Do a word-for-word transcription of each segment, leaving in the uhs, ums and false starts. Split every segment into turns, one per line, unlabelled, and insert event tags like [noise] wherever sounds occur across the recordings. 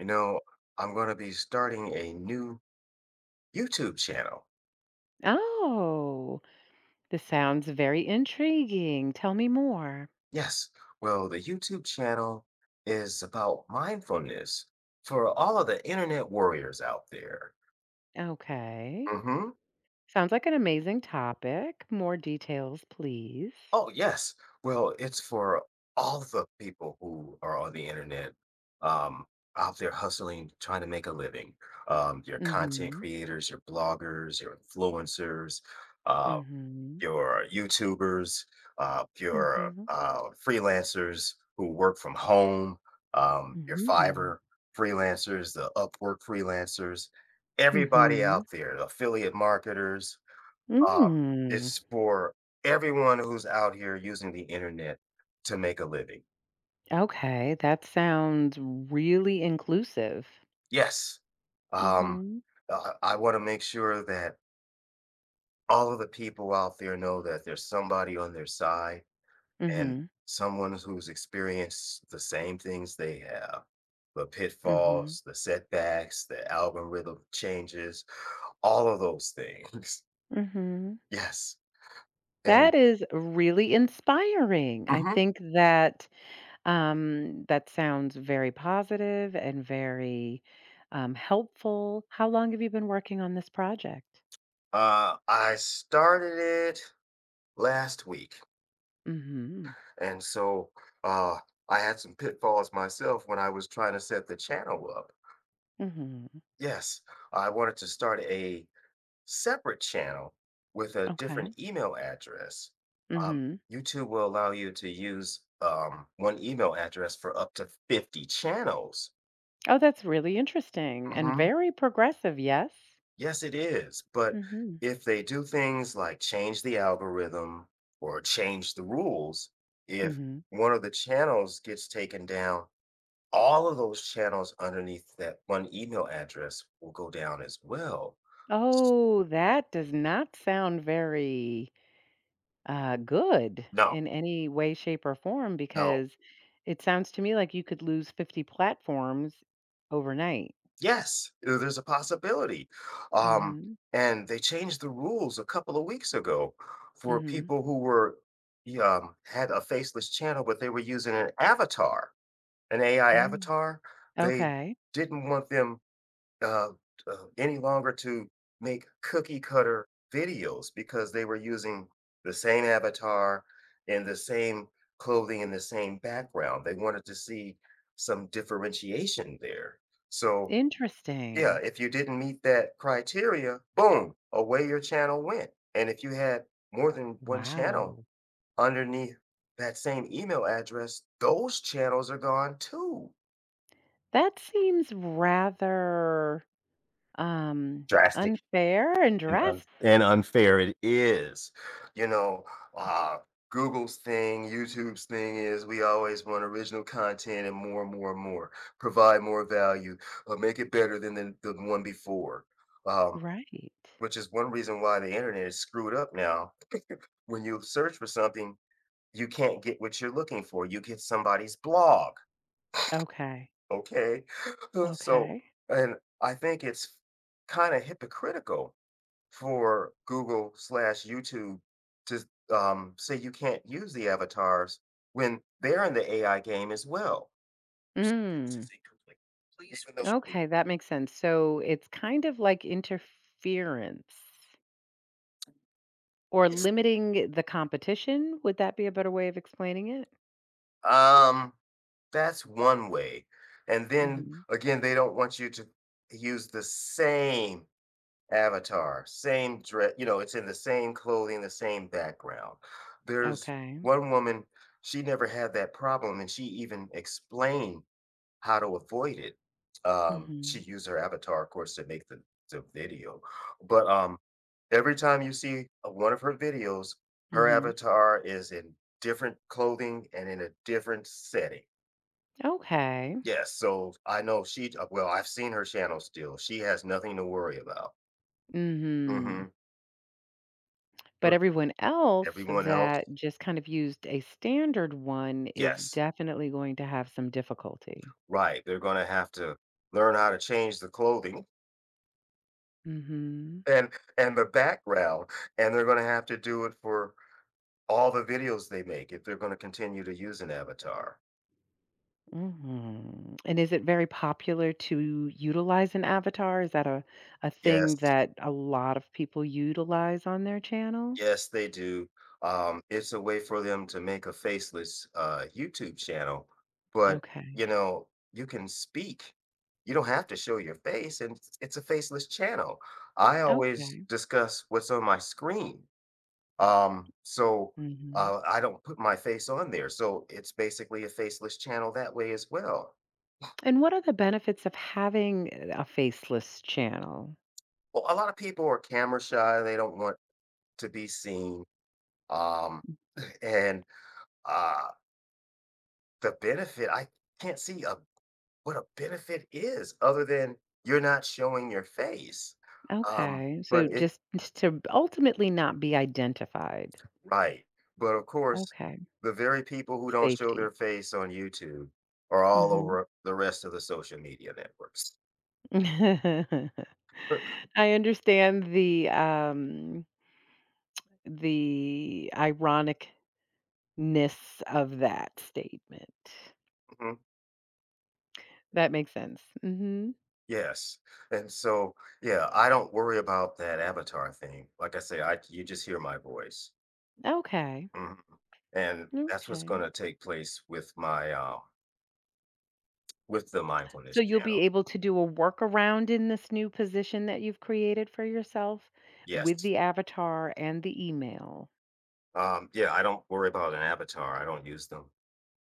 You know, I'm going to be starting a new YouTube channel.
Oh, this sounds very intriguing. Tell me more.
Yes. Well, the YouTube channel is about mindfulness for all of the internet warriors out there.
Okay.
Mm-hmm.
Sounds like an amazing topic. More details, please.
Oh, yes. Well, it's for all the people who are on the internet, um, out there hustling, trying to make a living. Um, your content
Mhm.
creators, your bloggers, your influencers, uh,
Mhm.
your YouTubers, uh, your,
Mhm.
uh, freelancers who work from home, um, your
Mhm.
Fiverr freelancers, the Upwork freelancers, everybody
Mhm.
out there, the affiliate marketers. um,
Mm.
it's for everyone who's out here using the internet to make a living.
Okay, that sounds really inclusive.
Yes, um,
Mhm.
uh, I wanna make sure that all of the people out there know that there's somebody on their side and
Mhm.
someone who's experienced the same things they have, the
Mhm.
pitfalls, the setbacks, the algorithm changes, all of those things. [laughs]
Mhm.
Yes. And
That is really inspiring. I
Mhm.
think that Um, that sounds very positive and very um, helpful. How long have you been working on this project?
uh, I started it last week.
Mm-hmm.
And so uh, I had some pitfalls myself when I was trying to set the channel up.
Mm-hmm.
Yes. I wanted to start a separate channel with a
Okay.
different email address. um,
Mm-hmm.
YouTube will allow you to use, um, one email address for up to fifty channels.
Oh, that's really interesting and
Mhm.
very progressive, yes?
Yes, it is, but
Mm-hmm.
if they do things like change the algorithm or change the rules, if
Mm-hmm.
one of the channels gets taken down, all of those channels underneath that one email address will go down as well. S
Oh, that does not sound very uh, good
No,
in any way, shape, or form
no.
because it sounds to me like you could lose fifty platforms overnight.
Yes, there there's a possibility. um,
Mm-hmm.
and they changed the rules a couple of weeks ago for
Mm-hmm.
people who were y um, had a faceless channel, but they were using an avatar, an A I
Mm.
avatar. They
Okay.
didn't want them, uh, uh, any longer to make cookie cutter videos because they were using the same avatar and the same clothing and the same background. They wanted to see some differentiation there, so yeah,
Interesting.
if you didn't meet that criteria, boom, away your channel went. And if you had more than one channel
Wow.
underneath that same email address, those channels are gone too.
That seems rather um
Drastic
unfair and
and un-
drastic.
and unfair it is. You know, uh, Google's thing, YouTube's thing is, we always want original content and more and more and more. Provide more value, or make it better than the, the one before, um,
Right.
which is one reason why the internet is screwed up now. When you search for something, you can't get what you're looking for. You get somebody's blog,
Okay.
okay? [gasps] [laughs] So,
Okay.
and I think it's kind of hypocritical for Google slash YouTube to um, say you can't use the avatars when they're in the A I game as well. Your sentence
Mm.
is incomplete. Please Even though finish.
Okay, that makes sense. So it's kind of like interference or
it's,
limiting the competition. Would that be a better way of explaining it?
um, that's one way. And then
Hmm.
again, they don't want you to use the same avatar, same dress, you know, it's in the same clothing, the same background. There's
Okay.
one woman, she never had that problem, and she even explained how to avoid it. Um, she
Hmm.
used her avatar, of course, to make the, the video. But um, every time you see a- one of her videos, her
Hmm.
avatar is in different clothing and in a different setting.
Okay.
Yes, so I know she, uh, well, I've seen her channel still. She has nothing to worry about.
Hmm.
Hmm.
But everyone else
Everyone else
that just kind of used a standard one is
yes,
definitely going to have some difficulty.
right, they're gonna have to learn how to change the clothing
Mhm.
and and the background, and they're gonna have to do it for all the videos they make if they're gonna continue to use an avatar.
Mhm. And is it very popular to utilize an avatar? Is that a a thing
Yes,
that a lot of people utilize on their channel?
yes, they do. Um, it's a way for them to make a faceless, uh, YouTube channel, but,
Okay.
you know, you can speak. You don't have to show your face, and it's it's a faceless channel. I always
Okay.
discuss what's on my screen. Um, so
Mhm.
uh, I don't put my face on there. So it's basically a faceless channel that way as well.
And what are the benefits of having eh, a faceless channel?
Well, a lot of people are camera shy, they don't want to be seen. Um, and uh, the benefit, I can't see a, what a benefit is other than you're not showing your face. Um,
Okay.
but
So
it's
just just to ultimately not be identified.
right. But of course,
Okay.
the very people who don't show
Safety.
their face on YouTube are all
Mhm.
over the rest of the social media networks.
[laughs] I understand the um the ironicness of that statement.
[laughs]
That makes sense. Mhm.
Yes, and so, yeah, I don't worry about that avatar thing. Like I say, I you just hear my voice.
Okay.
Mhm, and that's what's
Okay.
gonna take place with my, uh with the
So
mindfulness
you'll be
channel.
able to do a workaround in this new position that you've created for yourself with
Yes.
the avatar and the email.
Um, yeah, I don't worry about an avatar, I don't use them.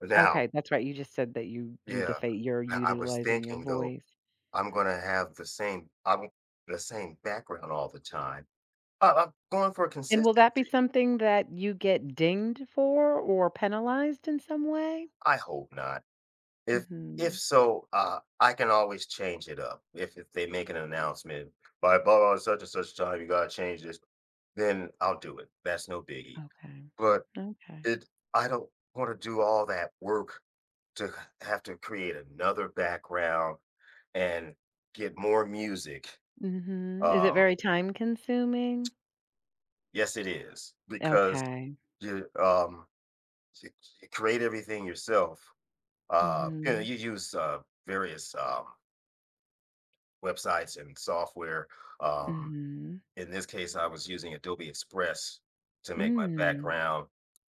But now,
Okay, that's right. You just said that you do
yeah,
the fate you're
I I was
utilizing your
thinking, though,
voice.
I'm gonna have the same I'm the same background all the time. I I'm going for
And will that be
consistency.
something that you get dinged for or penalized in some way?
I hope not. If if
Mhm.
so, uh, I can always change it up. If if they make an announcement by blah blah such and such time, you gotta change this, then I'll do it. That's no biggie.
Okay.
But
Okay.
it, I don't want to do all that work to have to create another background and get more music.
Mhm. Is it
Um,
very time consuming?
yes, it is because
Okay.
you um you- you create everything yourself. Uh, you know,
Mhm.
you use uh various um websites and software. Um,
Mhm.
in this case, I was using Adobe Express to make my
Mm.
background.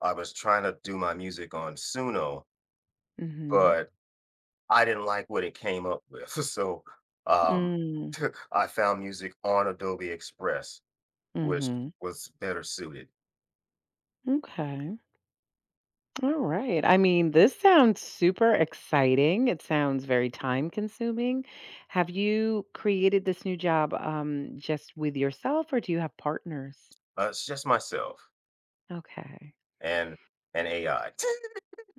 I was trying to do my music on Suno,
Mhm.
but I didn't like what it came up with. [laughs] So um,
Mm.
[laughs] I found music on Adobe Express, which
Mhm.
was better suited.
Okay. All right. I mean, this sounds super exciting. It sounds very time consuming. Have you created this new job um just with yourself or do you have partners?
Uh, it's just myself
Okay.
and and A I.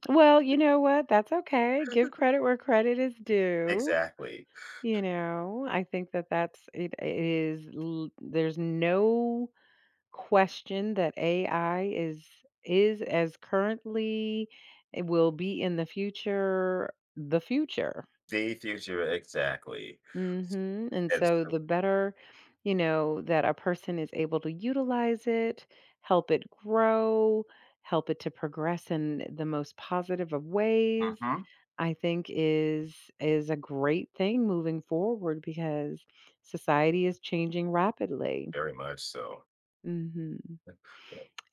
Well, you know what? That's okay. Give credit where credit is
[laughs]
due.
Exactly.
You know, I think that that's it, it is l- there's no question that A I is is as currently it will be in the future the future.
The future, exactly.
Mhm. And
And
so
so,
the better, you know, that a person is able to utilize it, help it grow, help it to progress in the most positive of ways,
Mhm.
I think is is a great thing moving forward because society is changing rapidly.
Very much so.
Mhm.
[laughs]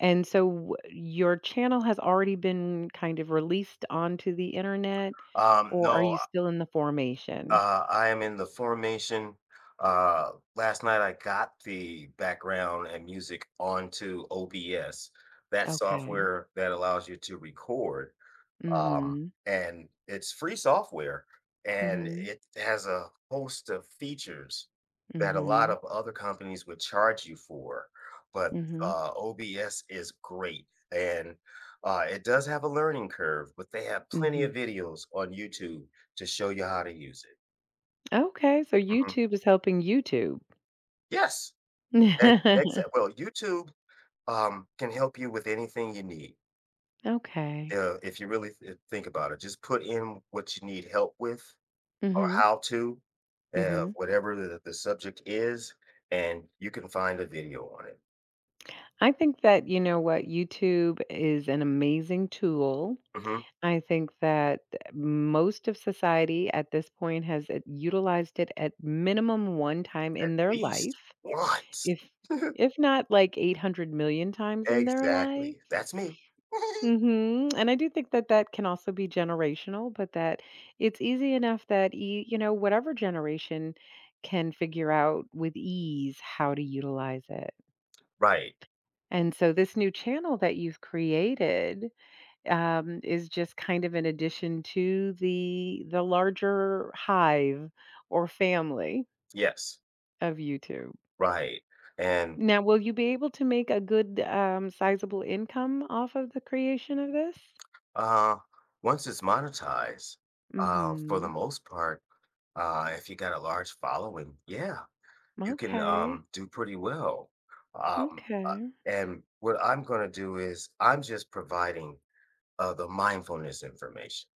And so w your channel has already been kind of released onto the internet,
Um,
or are
no,
you still in the formation?
Uh, I am in the formation. Uh, last night I got the background and music onto O B S, that
Okay.
software that allows you to record. Um,
Mhm.
and it's free software and
Mhm.
it has a host of features that a lot
Mhm.
of other companies would charge you for. But
Mhm.
uh, O B S is great. And uh, it does have a learning curve, but they have plenty of
Mhm.
videos on YouTube to show you how to use it.
Okay, so
Mhm.
YouTube is helping YouTube.
Yes. Ex
[laughs]
well, YouTube, um, can help you with anything you need,
Okay.
uh, if you really th think about it. Just put in what you need help with or
Mhm.
how to, uh,
Mhm.
whatever the the subject is, and you can find a video on it.
I think that, you know what, YouTube is an amazing tool.
Mhm.
I think that most of society at this point has it utilized it at minimum one time
At
in their
least
life,
once.
if
[laughs]
if not like eight hundred million times in their life.
Exactly. That's me. [laughs]
Mhm, and I do think that that can also be generational, but that it's easy enough that, e you know, whatever generation can figure out with ease how to utilize it.
Right.
And so this new channel that you've created um, is just kind of an addition to the the larger hive or family
Yes.
of YouTube.
Right. And
Now, will you be able to make a good, um, sizable income off of the creation of this?
Uh, once it's monetized, uh, for the
Mhm.
most part, uh, if you got a large following, yeah, you can
Okay.
um, do pretty well. Um, uh,
Okay.
and what I'm going to do is I'm just providing uh, the mindfulness information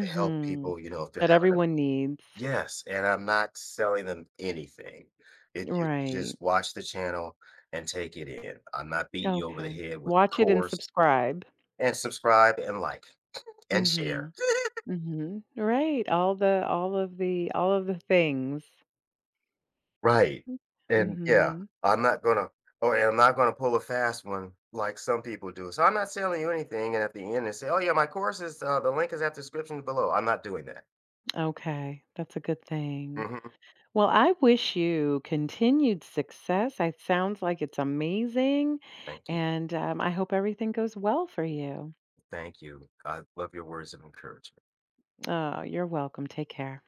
to help people, you know, if they're
That
having a.
everyone needs.
Yes, and I'm not selling them anything. It you
Right.
just watch the channel and take it in. I'm not beating you over the
Okay.
head with a
Watch it and
course
subscribe.
and subscribe and like and share.
Mhm. Mhm. Right. All the all of the all of the things.
Right, and yeah,
Mhm.
I'm not gonna oh, and I'm not gonna pull a fast one like some people do. So I'm not selling you anything, and at the end, and say, "Oh, yeah, my course is, uh, the link is at the description below." I'm not doing that.
Okay, that's a good thing.
Mhm.
Well, I wish you continued success. It sounds like it's amazing.
Thank you,
And um, I hope everything goes well for you.
thank you. I love your words of encouragement.
Oh, you're welcome. Take care.